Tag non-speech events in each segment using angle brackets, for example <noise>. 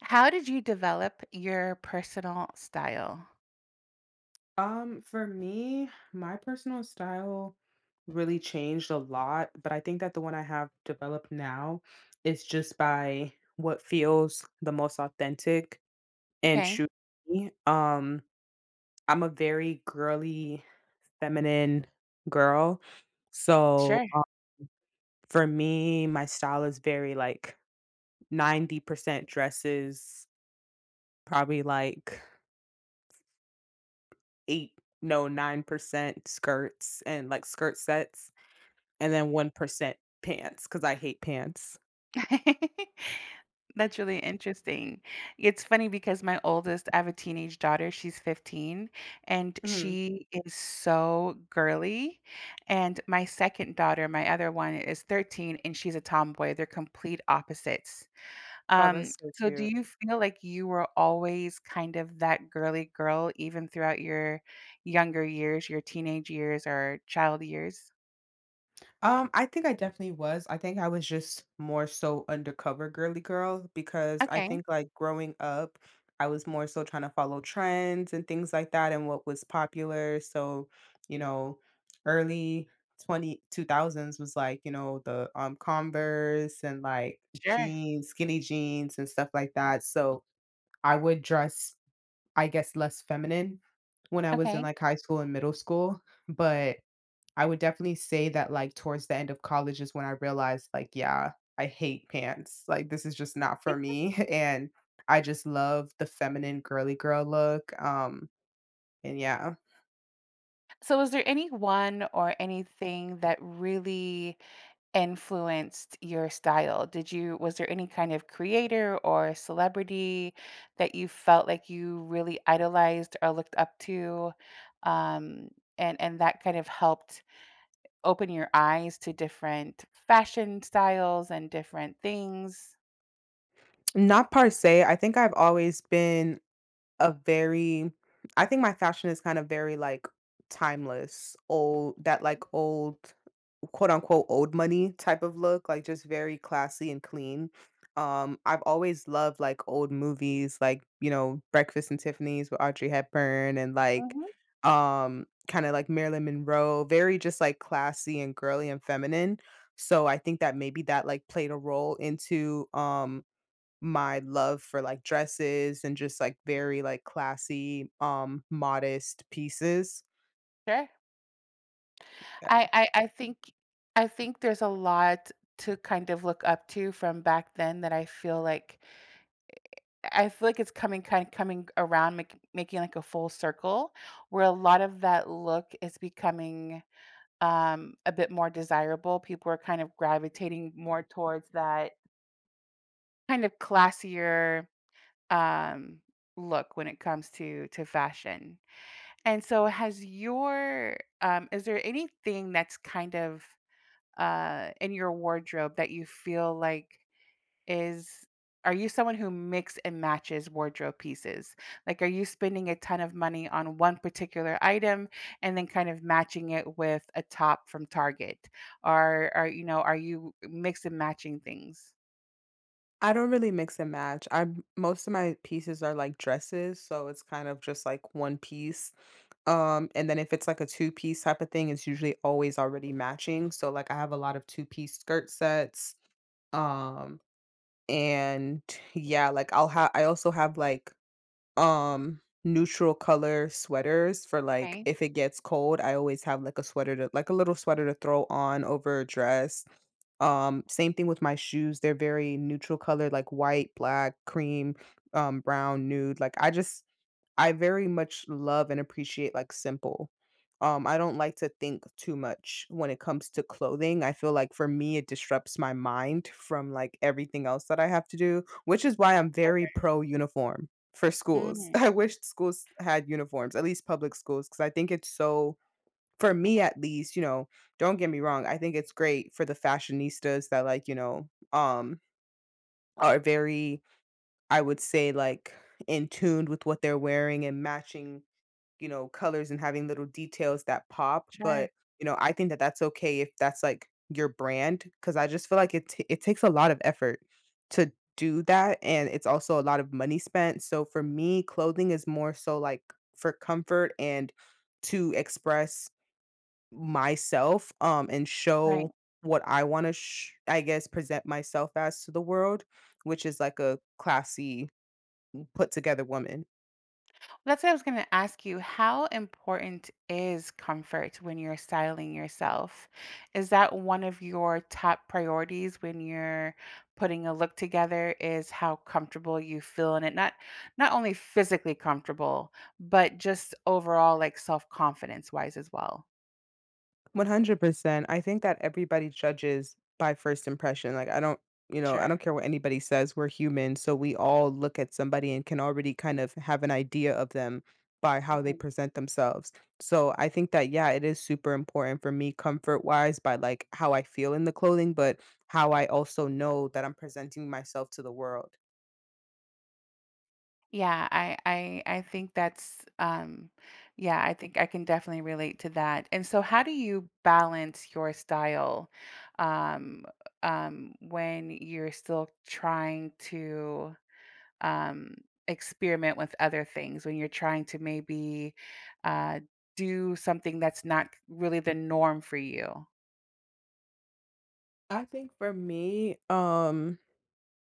How did you develop your personal style? For me, my personal style really changed a lot, but I think that the one I have developed now is just by what feels the most authentic and Okay, true to me. I'm a very girly, feminine girl. So, sure. um, for me, my style is very like 90% dresses, probably like eight, no, 9% skirts and like skirt sets. And then 1%, because I hate pants. <laughs> That's really interesting. It's funny because my oldest, I have a teenage daughter, she's 15, and Mhm. she is so girly. And my second daughter, my other one, is 13, and she's a tomboy. They're complete opposites. Oh, Um, that's so so do cute. you feel like you were always kind of that girly girl even throughout your younger years, your teenage years or child years? I think I definitely was. I think I was just more so undercover girly girl because I Okay, think, like, growing up, I was more so trying to follow trends and things like that and what was popular. So, you know, early twenty two thousands was like, the, Converse and, like, sure. jeans, skinny jeans and stuff like that. So I would dress, I guess, less feminine when I was in, Okay. like, high school and middle school, but I would definitely say that, like, towards the end of college is when I realized, like, yeah, I hate pants, like, this is just not for me, <laughs> and I just love the feminine girly girl look, and yeah. So was there anyone or anything that really influenced your style? Did you was there any kind of creator or celebrity that you felt like you really idolized or looked up to? Um, and that kind of helped open your eyes to different fashion styles and different things. Not per se, I think I've always been a very, I think my fashion is kind of very, like, timeless, old, that, like, old quote unquote old money type of look, like just very classy and clean. I've always loved like old movies, like you know Breakfast and Tiffany's with Audrey Hepburn, and like Mhm, kind of like Marilyn Monroe, very just like classy and girly and feminine. So I think that maybe that like played a role into my love for like dresses and just like very like classy modest pieces. sure. I think I think there's a lot to kind of look up to from back then that I feel like it's coming kind of coming around, making like a full circle where a lot of that look is becoming, a bit more desirable. People are kind of gravitating more towards that kind of classier, um, look when it comes to fashion. And so has your is there anything that's kind of in your wardrobe that you feel like is are you someone who mix and matches wardrobe pieces? Like are you spending a ton of money on one particular item and then kind of matching it with a top from Target? Or are you know, are you mix and matching things? I don't really mix and match. I Most of my pieces are like dresses, so it's kind of just like one piece. And then if it's like a two-piece type of thing, it's usually always already matching. So like I have a lot of two-piece skirt sets. Um, and yeah, like I also have like neutral color sweaters for like Okay. if it gets cold, I always have like a sweater to like a little sweater to throw on over a dress. Um same thing with my shoes, they're very neutral color like white, black, cream, brown, nude, like I very much love and appreciate, like, simple. I don't like to think too much when it comes to clothing. I feel like for me, it disrupts my mind from, like, everything else that I have to do, which is why I'm very pro uniform for schools. <laughs> Mm, I wish schools had uniforms, at least public schools, because I think it's so, for me at least, don't get me wrong, I think it's great for the fashionistas that, like, are very, I would say, like, in tune with what they're wearing and matching, colors and having little details that pop, sure. but, I think that that's okay if that's, like, your brand, because I just feel like it takes a lot of effort to do that, and it's also a lot of money spent, so for me, clothing is more so, like, for comfort and to express myself, and Right. show what I wanna sh I guess, present myself as to the world, which is like a classy put together woman. That's what I was going to ask you. How important is comfort when you're styling yourself? Is that one of your top priorities when you're putting a look together is how comfortable you feel in it? Not not only physically comfortable, but just overall like self-confidence wise as well. 100%. I think that everybody judges by first impression. Like, I don't, I Sure. don't care what anybody says. We're human. So we all look at somebody and can already kind of have an idea of them by how they present themselves. So I think that, yeah, it is super important for me comfort wise by like how I feel in the clothing, but how I also know that I'm presenting myself to the world. Yeah, I think that's yeah, I think I can definitely relate to that. And so how do you balance your style um when you're still trying to um experiment with other things, when you're trying to maybe uh do something that's not really the norm for you? I think for me,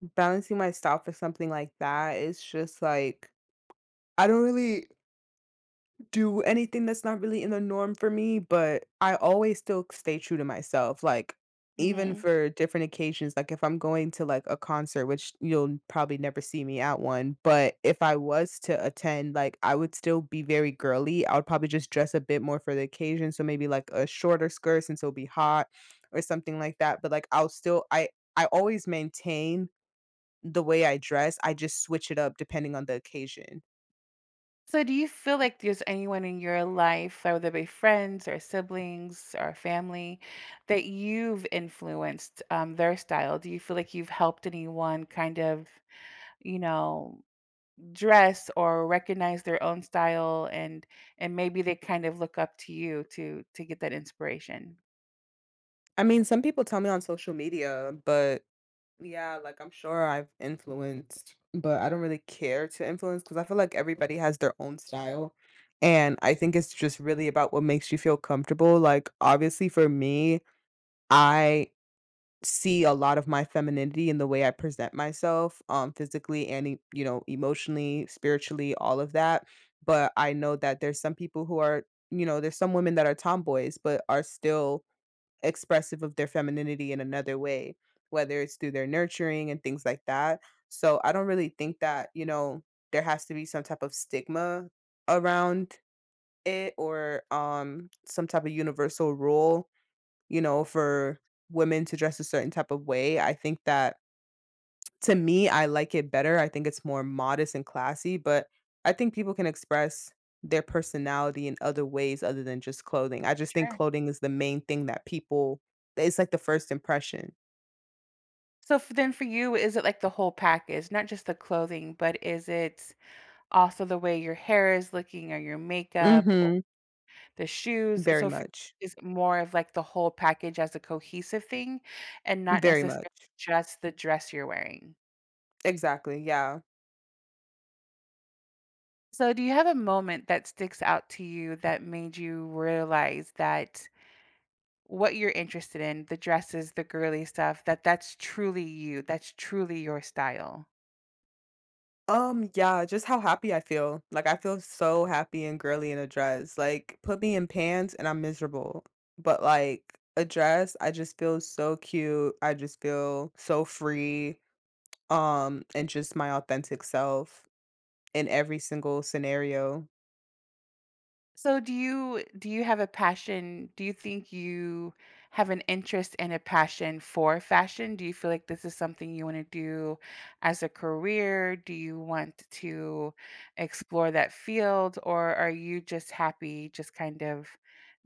balancing my style for something like that is just like, I don't really do anything that's not really in the norm for me, but I always still stay true to myself, like, even for different occasions, like, if I'm going to, like, a concert, which you'll probably never see me at one, but if I was to attend, like, I would still be very girly, I would probably just dress a bit more for the occasion, so maybe, like, a shorter skirt since it'll be hot or something like that, but, like, I'll still I always maintain the way I dress, I just switch it up depending on the occasion. So, do you feel like there's anyone in your life, whether they be friends or siblings or family, that you've influenced their style? Do you feel like you've helped anyone kind of, you know, dress or recognize their own style, and maybe they kind of look up to you to get that inspiration? I mean, some people tell me on social media, but yeah, like I'm sure I've influenced, but I don't really care to influence because I feel like everybody has their own style. And I think it's just really about what makes you feel comfortable. Like, obviously, for me, I see a lot of my femininity in the way I present myself, physically and, you know, emotionally, spiritually, all of that. But I know that there's some people who are, there's some women that are tomboys, but are still expressive of their femininity in another way, whether it's through their nurturing and things like that. So I don't really think that, there has to be some type of stigma around it or some type of universal rule, for women to dress a certain type of way. I think that to me, I like it better. I think it's more modest and classy, but I think people can express their personality in other ways other than just clothing. I just think Sure. clothing is the main thing that people, it's like the first impression. So for, then, for you, is it like the whole package, not just the clothing, but is it also the way your hair is looking or your makeup? Mhm. The shoes, Very so for much. it's more of, like, the whole package as a cohesive thing and not Very much. necessarily just the dress you're wearing. Exactly, yeah. So do you have a moment that sticks out to you that made you realize that what you're interested in, the dresses, the girly stuff, that that's truly you, that's truly your style? Yeah, just how happy I feel. Like, I feel so happy and girly in a dress. Like, put me in pants and I'm miserable. But, like, a dress, I just feel so cute. I just feel so free. And just my authentic self in every single scenario. So do you have a passion? Do you think you have an interest and a passion for fashion? Do you feel like this is something you want to do as a career? Do you want to explore that field or are you just happy just kind of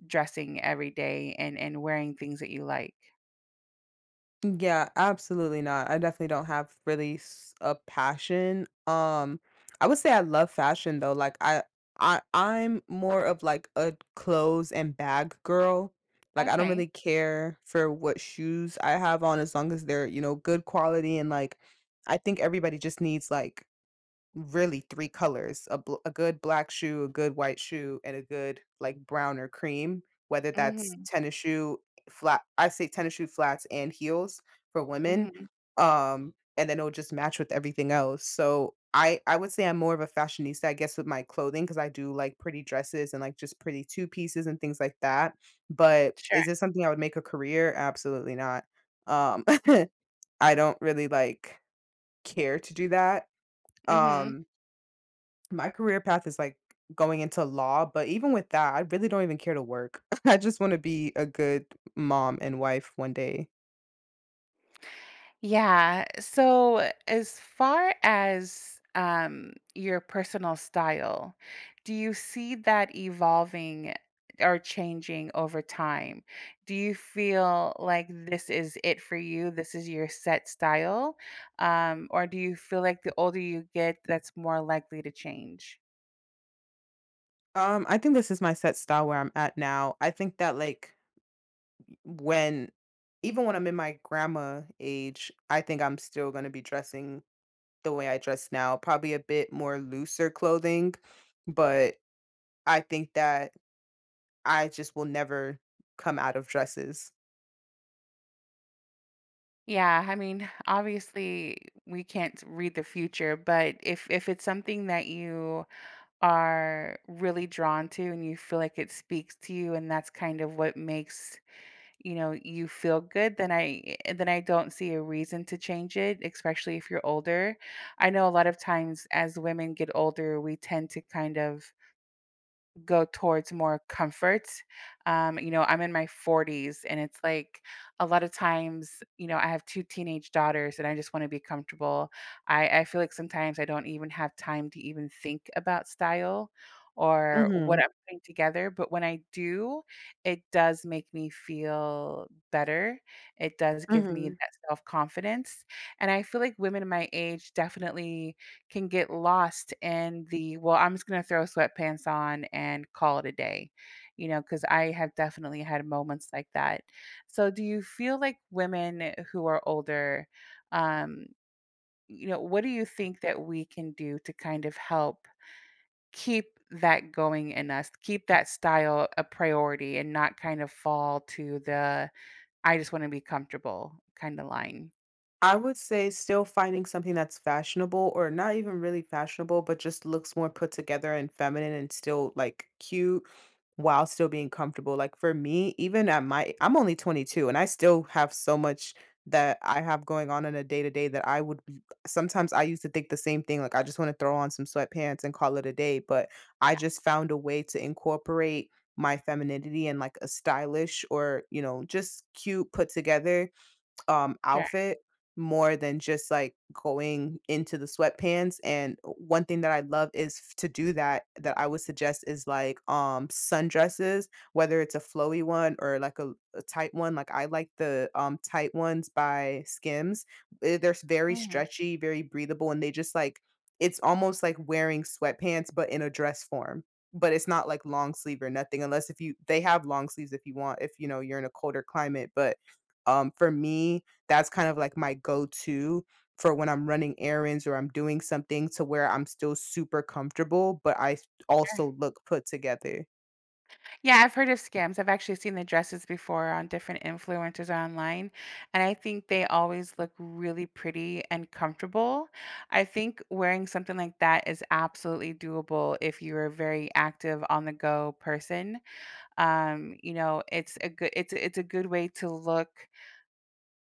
dressing every day and wearing things that you like? Yeah, absolutely not. I definitely don't have really a passion. I would say I love fashion though. I'm more of like a clothes and bag girl. Like I don't Okay. really care for what shoes I have on as long as they're you know good quality and like I think everybody just needs like really 3 colors, a good black shoe, a good white shoe, and a good, like, brown or cream, whether that's Mhm. tennis shoe, flat I say tennis shoe, flats and heels for women, Mhm. And then it'll just match with everything else, so I would say I'm more of a fashionista, I guess, with my clothing because I do like pretty dresses and, like, just pretty two pieces and things like that, but Sure. is this something I would make a career? Absolutely not, um, <laughs> I don't really, like, care to do that, Mhm. um my career path is like going into law, but even with that, I really don't even care to work. <laughs> I just want to be a good mom and wife one day. Yeah. So, as far as your personal style, do you see that evolving or changing over time? Do you feel like this is it for you? This is your set style? Or do you feel like the older you get, that's more likely to change? I think this is my set style where I'm at now. I think that like, when, even when I'm in my grandma age, I think I'm still gonna be dressing the way I dress now, probably a bit more looser clothing, but I think that I just will never come out of dresses. Yeah, I mean, obviously we can't read the future, but if it's something that you are really drawn to and you feel like it speaks to you and that's kind of what makes you know you feel good then then I don't see a reason to change it, especially if you're older. I know a lot of times as women get older we tend to kind of go towards more comfort. I'm in my 40s and it's like a lot of times, you know, I have two teenage daughters and I just want to be comfortable. I feel like sometimes I don't even have time to even think about style or Mm-hmm. what I'm putting together. But when I do, it does make me feel better. It does give me that self confidence. And I feel like women my age definitely can get lost in the, "Well, I'm just gonna throw sweatpants on and call it a day," you know. Because I have definitely had moments like that. So do you feel like women who are older, um, you know, what do you think that we can do to kind of help keep that going in us, keep that style a priority and not kind of fall to the, "I just wanna be comfortable" kinda line? I would say still finding something that's fashionable or not even really fashionable, but just looks more put together and feminine and still like cute while still being comfortable. Like for me, even at my, I'm only 22 and I still have so much that I have going on in a day to day that sometimes I used to think the same thing. Like I just want to throw on some sweatpants and call it a day, but I Yeah, just found a way to incorporate my femininity and like a stylish or, you know, just cute put together sure. outfit more than just, like, going into the sweatpants, and one thing that I love is f to do that, that I would suggest is, like, sundresses, whether it's a flowy one or, like, a tight one, like, I like the, tight ones by Skims. They're s very Mhm. stretchy, very breathable, and they just, like, it's almost like wearing sweatpants, but in a dress form, but it's not, like, long sleeve or nothing unless if you they have long sleeves if you want, if, you know, you're in a colder climate, but for me, that's kind of like my go-to for when I'm running errands or I'm doing something to where I'm still super comfortable, but Sure. also look put together. Yeah, I've heard of scams. I've actually seen the dresses before on different influencers online, and I think they always look really pretty and comfortable. I think wearing something like that is absolutely doable if you're a very active on the go person. You know, it's a good way to look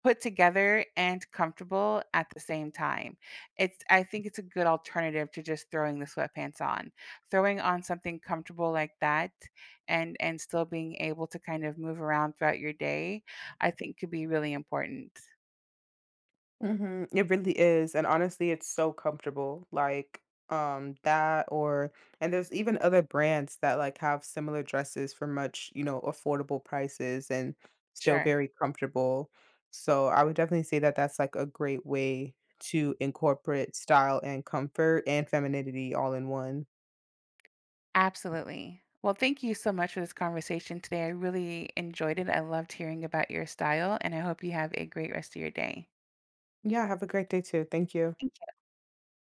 put together and comfortable at the same time. It's I think it's a good alternative to just throwing the sweatpants on. Throwing on something comfortable like that and still being able to kind of move around throughout your day, I think could be really important. Mhm, it really is, and honestly, it's so comfortable, like, that or, and there's even other brands that, like, have similar dresses for much, you know, affordable prices and still Sure. very comfortable, so I would definitely say that that's, like, a great way to incorporate style and comfort and femininity all in one. Absolutely. Well, thank you so much for this conversation today. I really enjoyed it. I loved hearing about your style, and I hope you have a great rest of your day. Yeah, have a great day too, thank you. Thank